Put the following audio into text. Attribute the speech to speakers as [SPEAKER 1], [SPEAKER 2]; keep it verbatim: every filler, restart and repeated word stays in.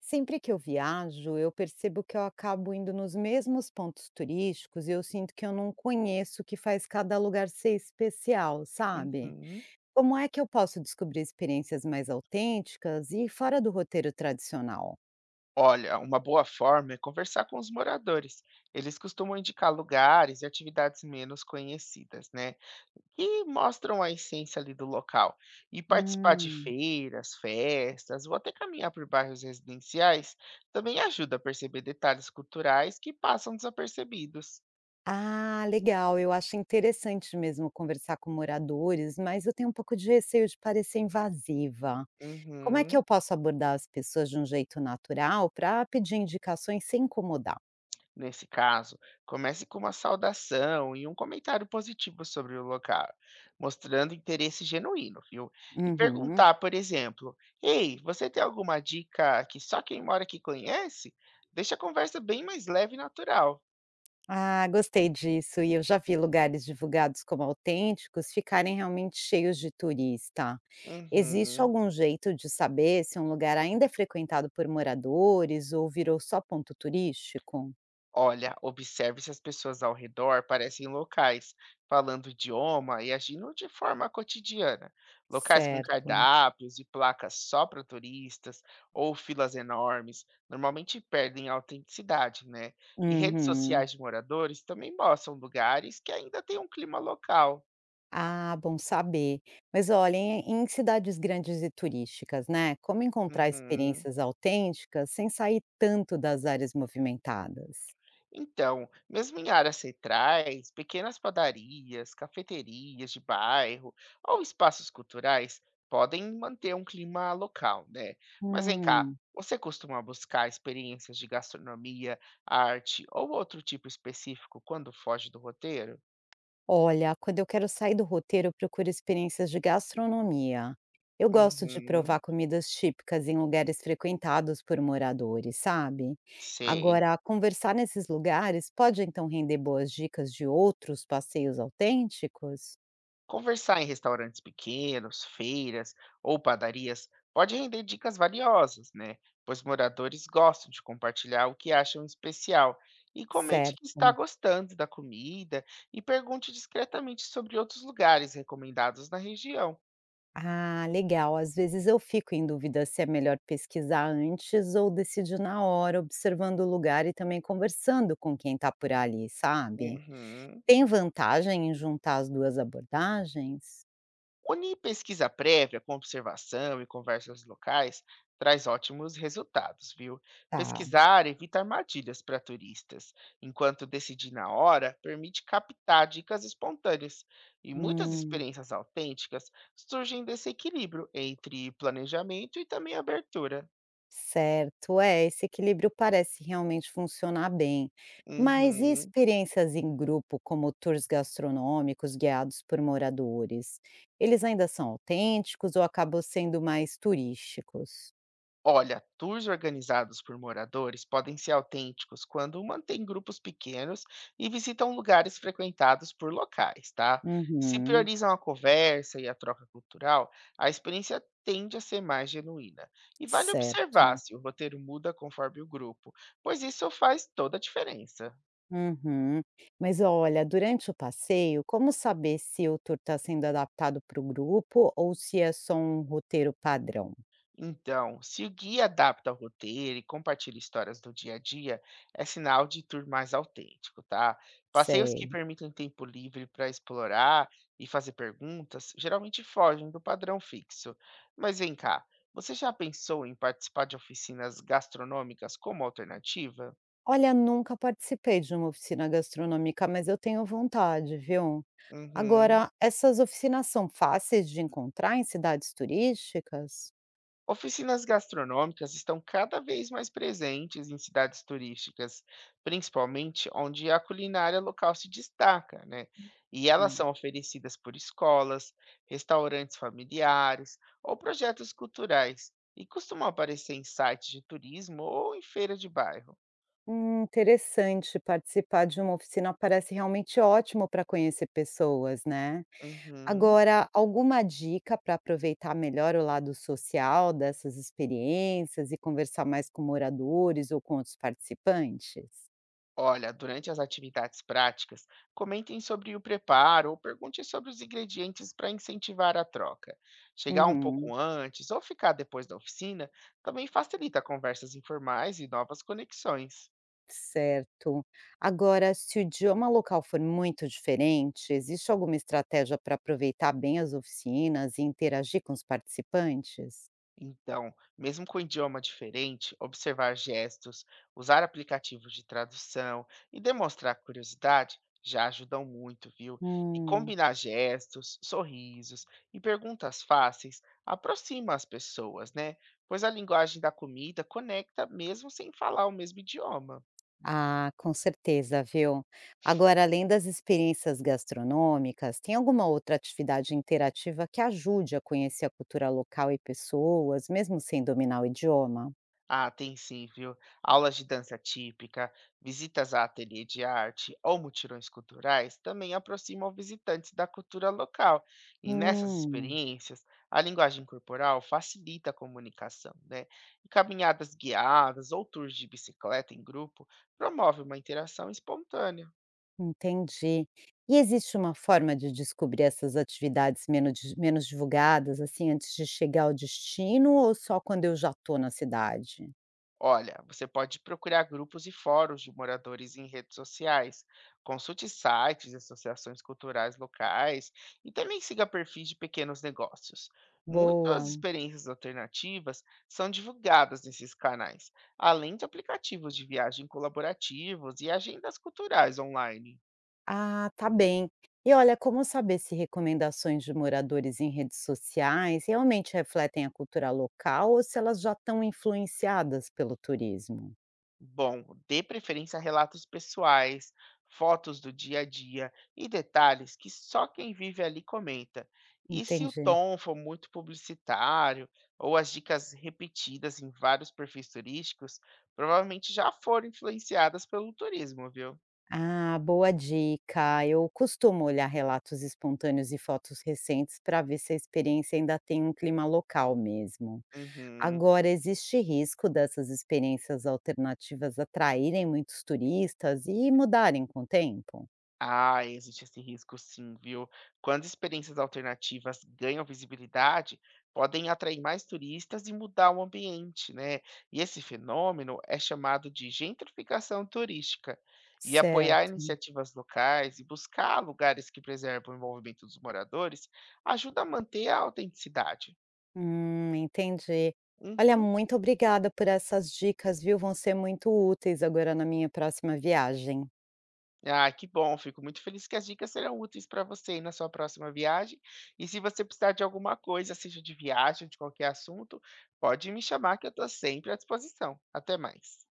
[SPEAKER 1] Sempre que eu viajo, eu percebo que eu acabo indo nos mesmos pontos turísticos e eu sinto que eu não conheço o que faz cada lugar ser especial, sabe?
[SPEAKER 2] Uhum.
[SPEAKER 1] Como é que eu posso descobrir experiências mais autênticas e fora do roteiro tradicional?
[SPEAKER 2] Olha, uma boa forma é conversar com os moradores. Eles costumam indicar lugares e atividades menos conhecidas, né? Que mostram a essência ali do local. E participar de
[SPEAKER 1] Hum.
[SPEAKER 2] feiras, festas ou até caminhar por bairros residenciais também ajuda a perceber detalhes culturais que passam desapercebidos.
[SPEAKER 1] Ah, legal. Eu acho interessante mesmo conversar com moradores, mas eu tenho um pouco de receio de parecer invasiva. Como é que
[SPEAKER 2] Uhum.
[SPEAKER 1] eu posso abordar as pessoas de um jeito natural para pedir indicações sem incomodar?
[SPEAKER 2] Nesse caso, comece com uma saudação e um comentário positivo sobre o local, mostrando interesse genuíno, viu? E
[SPEAKER 1] Uhum.
[SPEAKER 2] perguntar, por exemplo, ei, você tem alguma dica que só quem mora aqui conhece? Deixa a conversa bem mais leve e natural.
[SPEAKER 1] Ah, gostei disso. E eu já vi lugares divulgados como autênticos ficarem realmente cheios de turista. Existe
[SPEAKER 2] Uhum.
[SPEAKER 1] algum jeito de saber se um lugar ainda é frequentado por moradores ou virou só ponto turístico?
[SPEAKER 2] Olha, observe se as pessoas ao redor parecem locais, falando o idioma e agindo de forma cotidiana. Locais com
[SPEAKER 1] Certo.
[SPEAKER 2] cardápios e placas só para turistas ou filas enormes normalmente perdem a autenticidade, né? E redes
[SPEAKER 1] Uhum.
[SPEAKER 2] sociais de moradores também mostram lugares que ainda têm um clima local.
[SPEAKER 1] Ah, bom saber. Mas olha, em, em cidades grandes e turísticas, né? Como encontrar
[SPEAKER 2] Uhum.
[SPEAKER 1] experiências autênticas sem sair tanto das áreas movimentadas?
[SPEAKER 2] Então, mesmo em áreas centrais, pequenas padarias, cafeterias de bairro ou espaços culturais podem manter um clima local, né? Mas vem cá,
[SPEAKER 1] Hum.
[SPEAKER 2] você costuma buscar experiências de gastronomia, arte ou outro tipo específico quando foge do roteiro?
[SPEAKER 1] Olha, quando eu quero sair do roteiro, eu procuro experiências de gastronomia. Eu gosto de
[SPEAKER 2] Uhum,
[SPEAKER 1] provar comidas típicas em lugares frequentados por moradores, sabe?
[SPEAKER 2] sei.
[SPEAKER 1] Agora, conversar nesses lugares pode então render boas dicas de outros passeios autênticos?
[SPEAKER 2] Conversar em restaurantes pequenos, feiras ou padarias pode render dicas valiosas, né? Pois moradores gostam de compartilhar o que acham especial. E comente que está
[SPEAKER 1] Certo.
[SPEAKER 2] gostando da comida e pergunte discretamente sobre outros lugares recomendados na região.
[SPEAKER 1] Ah, legal. Às vezes eu fico em dúvida se é melhor pesquisar antes ou decidir na hora, observando o lugar e também conversando com quem está por ali, sabe?
[SPEAKER 2] Uhum.
[SPEAKER 1] Tem vantagem em juntar as duas abordagens?
[SPEAKER 2] Unir pesquisa prévia com observação e conversas locais traz ótimos resultados, viu?
[SPEAKER 1] Tá.
[SPEAKER 2] Pesquisar evita armadilhas para turistas, enquanto decidir na hora permite captar dicas espontâneas. E muitas
[SPEAKER 1] Hum,
[SPEAKER 2] experiências autênticas surgem desse equilíbrio entre planejamento e também abertura.
[SPEAKER 1] certo. É, esse equilíbrio parece realmente funcionar bem. Mas e
[SPEAKER 2] Uhum.
[SPEAKER 1] experiências em grupo, como tours gastronômicos guiados por moradores? Eles ainda são autênticos ou acabam sendo mais turísticos?
[SPEAKER 2] Olha, tours organizados por moradores podem ser autênticos quando mantêm grupos pequenos e visitam lugares frequentados por locais, tá? Se
[SPEAKER 1] Uhum,
[SPEAKER 2] priorizam a conversa e a troca cultural, a experiência tende a ser mais genuína. E vale observar
[SPEAKER 1] certo.
[SPEAKER 2] se o roteiro muda conforme o grupo, pois isso faz toda a diferença.
[SPEAKER 1] Uhum. Mas olha, durante o passeio, como saber se o tour está sendo adaptado para o grupo ou se é só um roteiro padrão?
[SPEAKER 2] Então, se o guia adapta o roteiro e compartilha histórias do dia a dia, é sinal de tour mais autêntico, tá? Passeios que
[SPEAKER 1] Sei.
[SPEAKER 2] permitem tempo livre para explorar e fazer perguntas geralmente fogem do padrão fixo. Mas vem cá, você já pensou em participar de oficinas gastronômicas como alternativa?
[SPEAKER 1] Olha, nunca participei de uma oficina gastronômica, mas eu tenho vontade, viu?
[SPEAKER 2] Uhum.
[SPEAKER 1] Agora, essas oficinas são fáceis de encontrar em cidades turísticas?
[SPEAKER 2] Oficinas gastronômicas estão cada vez mais presentes em cidades turísticas, principalmente onde a culinária local se destaca, né? E elas
[SPEAKER 1] Hum,
[SPEAKER 2] são oferecidas por escolas, restaurantes familiares ou projetos culturais, e costumam aparecer em sites de turismo ou em feira de bairro.
[SPEAKER 1] Hum, interessante participar de uma oficina, parece realmente ótimo para conhecer pessoas, né?
[SPEAKER 2] Uhum.
[SPEAKER 1] Agora, alguma dica para aproveitar melhor o lado social dessas experiências e conversar mais com moradores ou com outros participantes?
[SPEAKER 2] Olha, durante as atividades práticas, comentem sobre o preparo ou pergunte sobre os ingredientes para incentivar a troca. Chegar um pouco
[SPEAKER 1] Uhum,
[SPEAKER 2] antes ou ficar depois da oficina também facilita conversas informais e novas conexões.
[SPEAKER 1] certo. Agora, se o idioma local for muito diferente, existe alguma estratégia para aproveitar bem as oficinas e interagir com os participantes?
[SPEAKER 2] Então, mesmo com idioma diferente, observar gestos, usar aplicativos de tradução e demonstrar curiosidade já ajudam muito, viu? E
[SPEAKER 1] Hum.
[SPEAKER 2] combinar gestos, sorrisos e perguntas fáceis aproxima as pessoas, né? Pois a linguagem da comida conecta mesmo sem falar o mesmo idioma.
[SPEAKER 1] Ah, com certeza, viu? Agora, além das experiências gastronômicas, tem alguma outra atividade interativa que ajude a conhecer a cultura local e pessoas, mesmo sem dominar o idioma?
[SPEAKER 2] Ah, tem sim, viu? Aulas de dança típica, visitas a ateliê de arte ou mutirões culturais também aproximam visitantes da cultura local. E nessas
[SPEAKER 1] Hum,
[SPEAKER 2] experiências, a linguagem corporal facilita a comunicação, né? E caminhadas guiadas ou tours de bicicleta em grupo promovem uma interação espontânea.
[SPEAKER 1] entendi. E existe uma forma de descobrir essas atividades menos, di- menos divulgadas, assim, antes de chegar ao destino ou só quando eu já estou na cidade?
[SPEAKER 2] Olha, você pode procurar grupos e fóruns de moradores em redes sociais. Consulte sites e associações culturais locais e também siga perfis de pequenos negócios. Muitas
[SPEAKER 1] Boa.
[SPEAKER 2] experiências alternativas são divulgadas nesses canais, além de aplicativos de viagem colaborativos e agendas culturais online.
[SPEAKER 1] Ah, tá bem. E olha, como saber se recomendações de moradores em redes sociais realmente refletem a cultura local ou se elas já estão influenciadas pelo turismo?
[SPEAKER 2] Bom, dê preferência a relatos pessoais, fotos do dia a dia e detalhes que só quem vive ali comenta. E se o
[SPEAKER 1] Entendi.
[SPEAKER 2] tom for muito publicitário ou as dicas repetidas em vários perfis turísticos, provavelmente já foram influenciadas pelo turismo, viu?
[SPEAKER 1] Ah, boa dica. Eu costumo olhar relatos espontâneos e fotos recentes para ver se a experiência ainda tem um clima local mesmo.
[SPEAKER 2] Uhum.
[SPEAKER 1] Agora, existe risco dessas experiências alternativas atraírem muitos turistas e mudarem com o tempo?
[SPEAKER 2] Ah, existe esse risco sim, viu? Quando experiências alternativas ganham visibilidade, podem atrair mais turistas e mudar o ambiente, né? E esse fenômeno é chamado de gentrificação turística. E apoiar
[SPEAKER 1] Certo.
[SPEAKER 2] iniciativas locais e buscar lugares que preservam o envolvimento dos moradores ajuda a manter a autenticidade.
[SPEAKER 1] Hum, entendi. Olha,
[SPEAKER 2] Uhum.
[SPEAKER 1] muito obrigada por essas dicas, viu? Vão ser muito úteis agora na minha próxima viagem.
[SPEAKER 2] Ah, que bom, fico muito feliz que as dicas serão úteis para você aí na sua próxima viagem. E se você precisar de alguma coisa, seja de viagem, de qualquer assunto, pode me chamar que eu estou sempre à disposição. Até mais.